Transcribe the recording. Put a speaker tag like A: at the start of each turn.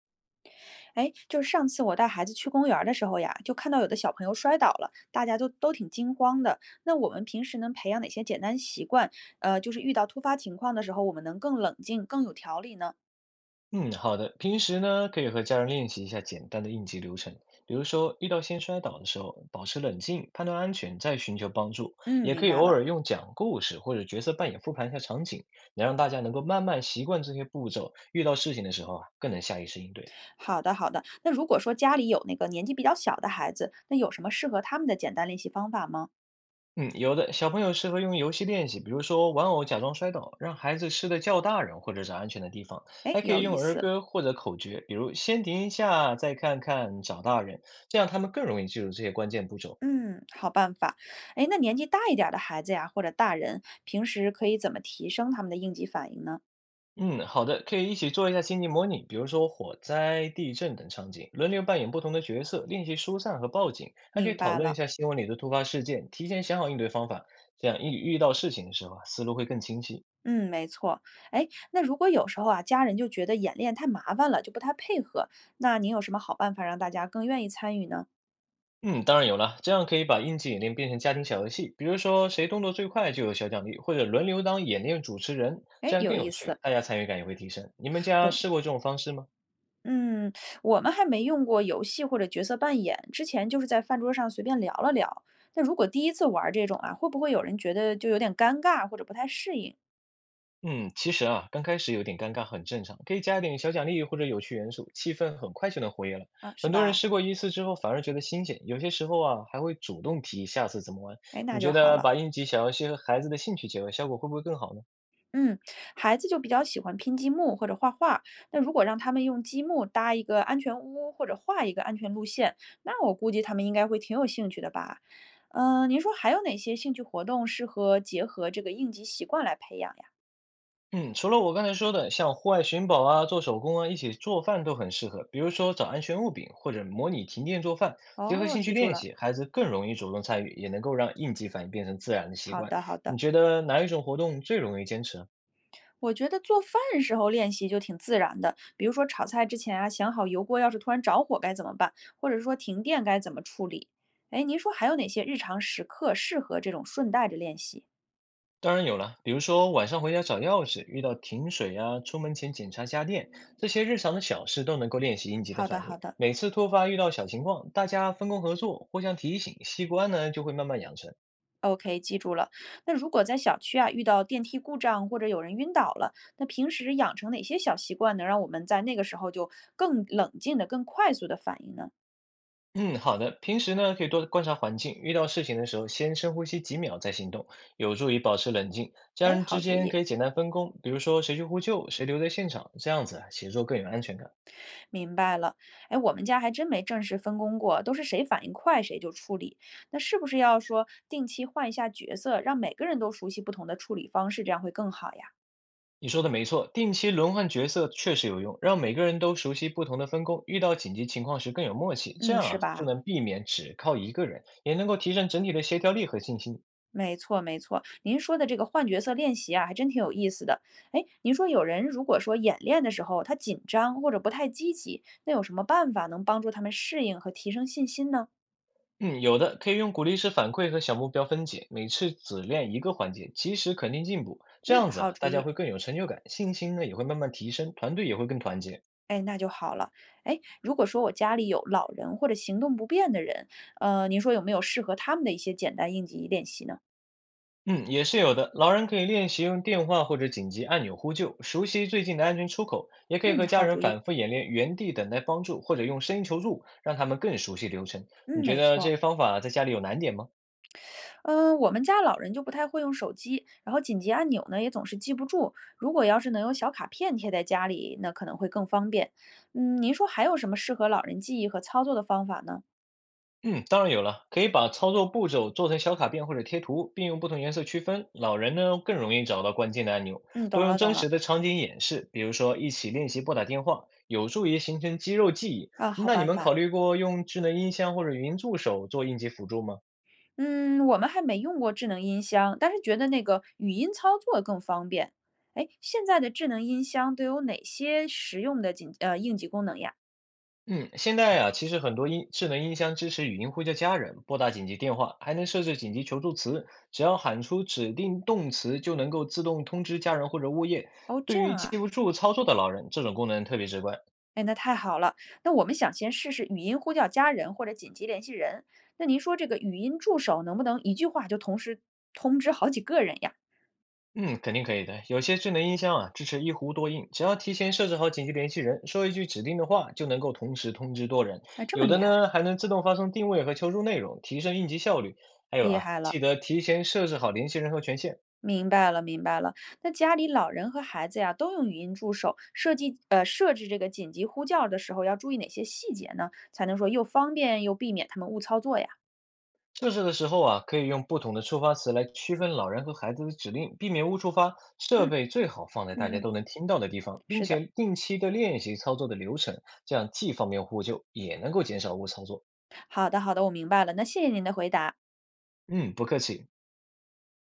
A: 哎，就是上次我带孩子去公园儿的时候呀，就看到有的小朋友摔倒了，大家都挺惊慌的。那我们平时能培养哪些简单习惯？就是遇到突发情况的时候，我们能更冷静、更有条理呢？
B: 嗯，好的。平时呢，可以和家人练习一下简单的应急流程，比如说遇到先摔倒的时候，保持冷静，判断安全，再寻求帮助。
A: 嗯，
B: 也可
A: 明
B: 以
A: 白
B: 偶
A: 了。
B: 尔用讲故事或者角色扮演复盘一下场景，能让大家能够慢慢习惯这些步骤，遇到事情的时候啊，更能下意识应对。
A: 好的，好的。那如果说家里有那个年纪比较小的孩子，那有什么适合他们的简单练习方法吗？
B: 嗯，有的小朋友适合用游戏练习，比如说玩偶假装摔倒，让孩子吃的叫大人或者找安全的地方，
A: 哎，
B: 还可
A: 有
B: 以
A: 意
B: 用儿
A: 思。
B: 歌或者口诀，比如先停一下，再看看，找大人，这样他们更容易记住这些关键步骤。
A: 嗯，好办法。哎，那年纪大一点儿的孩子呀，或者大人，平时可以怎么提升他们的应急反应呢？
B: 嗯，好的，可以一起做一下情景模拟，比如说火灾、地震等场景，轮流扮演不同的角色，练习疏散和报警，还可以
A: 明
B: 讨
A: 白
B: 论一
A: 了。
B: 下新闻里的突发事件，提前想好应对方法，这样一遇到事情的时候啊，思路会更清晰。
A: 嗯，没错。哎，那如果有时候啊，家人就觉得演练太麻烦了，就不太配合，那您有什么好办法让大家更愿意参与呢？
B: 嗯，当然有了，这样可以把应急演练变成家庭小游戏，比如说谁动作最快就有小奖励，或者轮流当演练主持人，
A: 哎，
B: 这样
A: 有
B: 更
A: 意
B: 有趣，
A: 思，
B: 大家参与感也会提升。你们家
A: 懂。
B: 试过这种方式吗？
A: 嗯，我们还没用过游戏或者角色扮演，之前就是在饭桌上随便聊了聊。那如果第一次玩儿这种啊，会不会有人觉得就有点尴尬或者不太适应
B: 嗯，其实啊，刚开始有点尴尬很正常，可以加一点小奖励或者有趣元素，气氛很快就能活跃了。
A: 啊，是
B: 很多人
A: 吧？
B: 试过一次之后反而觉得新鲜，有些时候啊还会主动提议下次怎么玩。
A: 哎，那
B: 你
A: 就
B: 觉
A: 好
B: 得
A: 了。
B: 把应急小游戏和孩子的兴趣结合，效果会不会更好呢？
A: 嗯，孩子就比较喜欢拼积木或者画画。那如果让他们用积木搭一个安全屋或者画一个安全路线，那我估计他们应该会挺有兴趣的吧？嗯、您说还有哪些兴趣活动适合结合这个应急习惯来培养呀？
B: 嗯，除了我刚才说的，像户外寻宝啊、做手工啊、一起做饭都很适合。比如说找安全物品或者模拟停电做饭，结合
A: 哦，
B: 兴
A: 记
B: 趣
A: 住
B: 练
A: 了。
B: 习，孩子更容易主动参与，也能够让应急反应变成自然的习
A: 好
B: 惯。
A: 的，好
B: 你
A: 的。
B: 觉得哪一种活动最容易坚持啊？
A: 我觉得做饭时候练习就挺自然的，比如说炒菜之前啊，想好油锅要是突然着火该怎么办，或者说停电该怎么处理。哎，您说还有哪些日常时刻适合这种顺带着练习？
B: 当然有了，比如说晚上回家找钥匙，遇到停水啊，出门前检查家电，这些日常的小事都能够练习应急的
A: 好的，
B: 反
A: 好
B: 应。
A: 的
B: 每次突发遇到小情况，大家分工合作，互相提醒，习惯呢就会慢慢养成。
A: ，OK，记住了。那如果在小区啊遇到电梯故障或者有人晕倒了，那平时养成哪些小习惯能让我们在那个时候就更冷静的、更快速的反应呢？
B: 嗯，好的。平时呢可以多观察环境，遇到事情的时候先深呼吸几秒再行动，有助于保持冷静。家
A: 哎，
B: 人
A: 好
B: 之
A: 主
B: 间
A: 意，
B: 可以简单分工，比如说谁去呼救，谁留在现场，这样子啊协作更有安全感。
A: 明白了。哎，我们家还真没正式分工过，都是谁反应快谁就处理。那是不是要说定期换一下角色，让每个人都熟悉不同的处理方式，这样会更好呀？
B: 你说的没错，定期轮换角色确实有用，让每个人都熟悉不同的分工，遇到紧急情况时更有默契，这
A: 嗯，
B: 样
A: 是
B: 啊就
A: 吧？
B: 能避免只靠一个人，也能够提升整体的协调力和信心。
A: 没错，没错。您说的这个换角色练习啊，还真挺有意思的。哎，您说有人如果说演练的时候他紧张或者不太积极，那有什么办法能帮助他们适应和提升信心呢？
B: 嗯，有的可以用鼓励式反馈和小目标分解，每次只练一个环节，及时肯定进步，这
A: 嗯，
B: 样子
A: 好
B: 啊，
A: 主
B: 大家
A: 意。
B: 会更有成就感，信心呢也会慢慢提升，团队也会更团结。
A: 哎，那就好了。哎，如果说我家里有老人或者行动不便的人，您说有没有适合他们的一些简单应急练习呢？
B: 嗯，也是有的。老人可以练习用电话或者紧急按钮呼救，熟悉最近的安全出口，也可以
A: 嗯，
B: 和家
A: 好
B: 人
A: 主意。
B: 反复演练原地等待帮助，或者用声音求助，让他们更熟悉流程。你
A: 嗯，
B: 觉
A: 没
B: 得这
A: 错。
B: 些方法在家里有难点吗？
A: 嗯，我们家老人就不太会用手机，然后紧急按钮呢也总是记不住。如果要是能有小卡片贴在家里，那可能会更方便。嗯，您说还有什么适合老人记忆和操作的方法呢？
B: 嗯，当然有了，可以把操作步骤做成小卡片或者贴图，并用不同颜色区分。老人呢更容易找到关键的按钮。
A: 嗯，
B: 多
A: 懂了
B: 用
A: 懂
B: 真
A: 了，
B: 实的场景演示，比如说一起练习拨打电话，有助于形成肌肉记忆。
A: 啊，好
B: 那你
A: 办
B: 们考
A: 法。
B: 虑过用智能音箱或者语音助手做应急辅助吗？
A: 嗯，我们还没用过智能音箱，但是觉得那个语音操作更方便。哎，现在的智能音箱都有哪些实用的应急功能呀？
B: 嗯，现在啊，其实很多智能音箱支持语音呼叫家人、拨打紧急电话，还能设置紧急求助词，只要喊出指定动词，就能够自动通知家人或者物业。
A: 哦，这
B: 对
A: 样
B: 于
A: 啊。
B: 记不住操作的老人，这种功能特别直观。
A: 哎，那太好了。那我们想先试试语音呼叫家人或者紧急联系人。那您说这个语音助手能不能一句话就同时通知好几个人呀？
B: 嗯，肯定可以的。有些智能音箱啊，支持一呼多应，只要提前设置好紧急联系人，说一句指定的话，就能够同时通知多人。
A: 啊，这么
B: 有的
A: 厉害，
B: 呢，还能自动发送定位和求助内容，提升应急效率。还有
A: 厉
B: 啊，
A: 害了，
B: 记得提前设置好联系人和权限。
A: 明白了，明白了。那家里老人和孩子呀都用语音助手，设置这个紧急呼叫的时候要注意哪些细节呢？才能说又方便又避免他们误操作呀？
B: 测试的时候啊，可以用不同的触发词来区分老人和孩子的指令，避免误触发。设
A: 嗯
B: 备最好放在大
A: 嗯
B: 家
A: 嗯，
B: 都能听到的地方，并
A: 是的，
B: 且定期的练习操作的流程，这样既方便呼救，也能够减少误操作。
A: 好的好的，我明白了。那谢谢您的回答。
B: 嗯，不客气。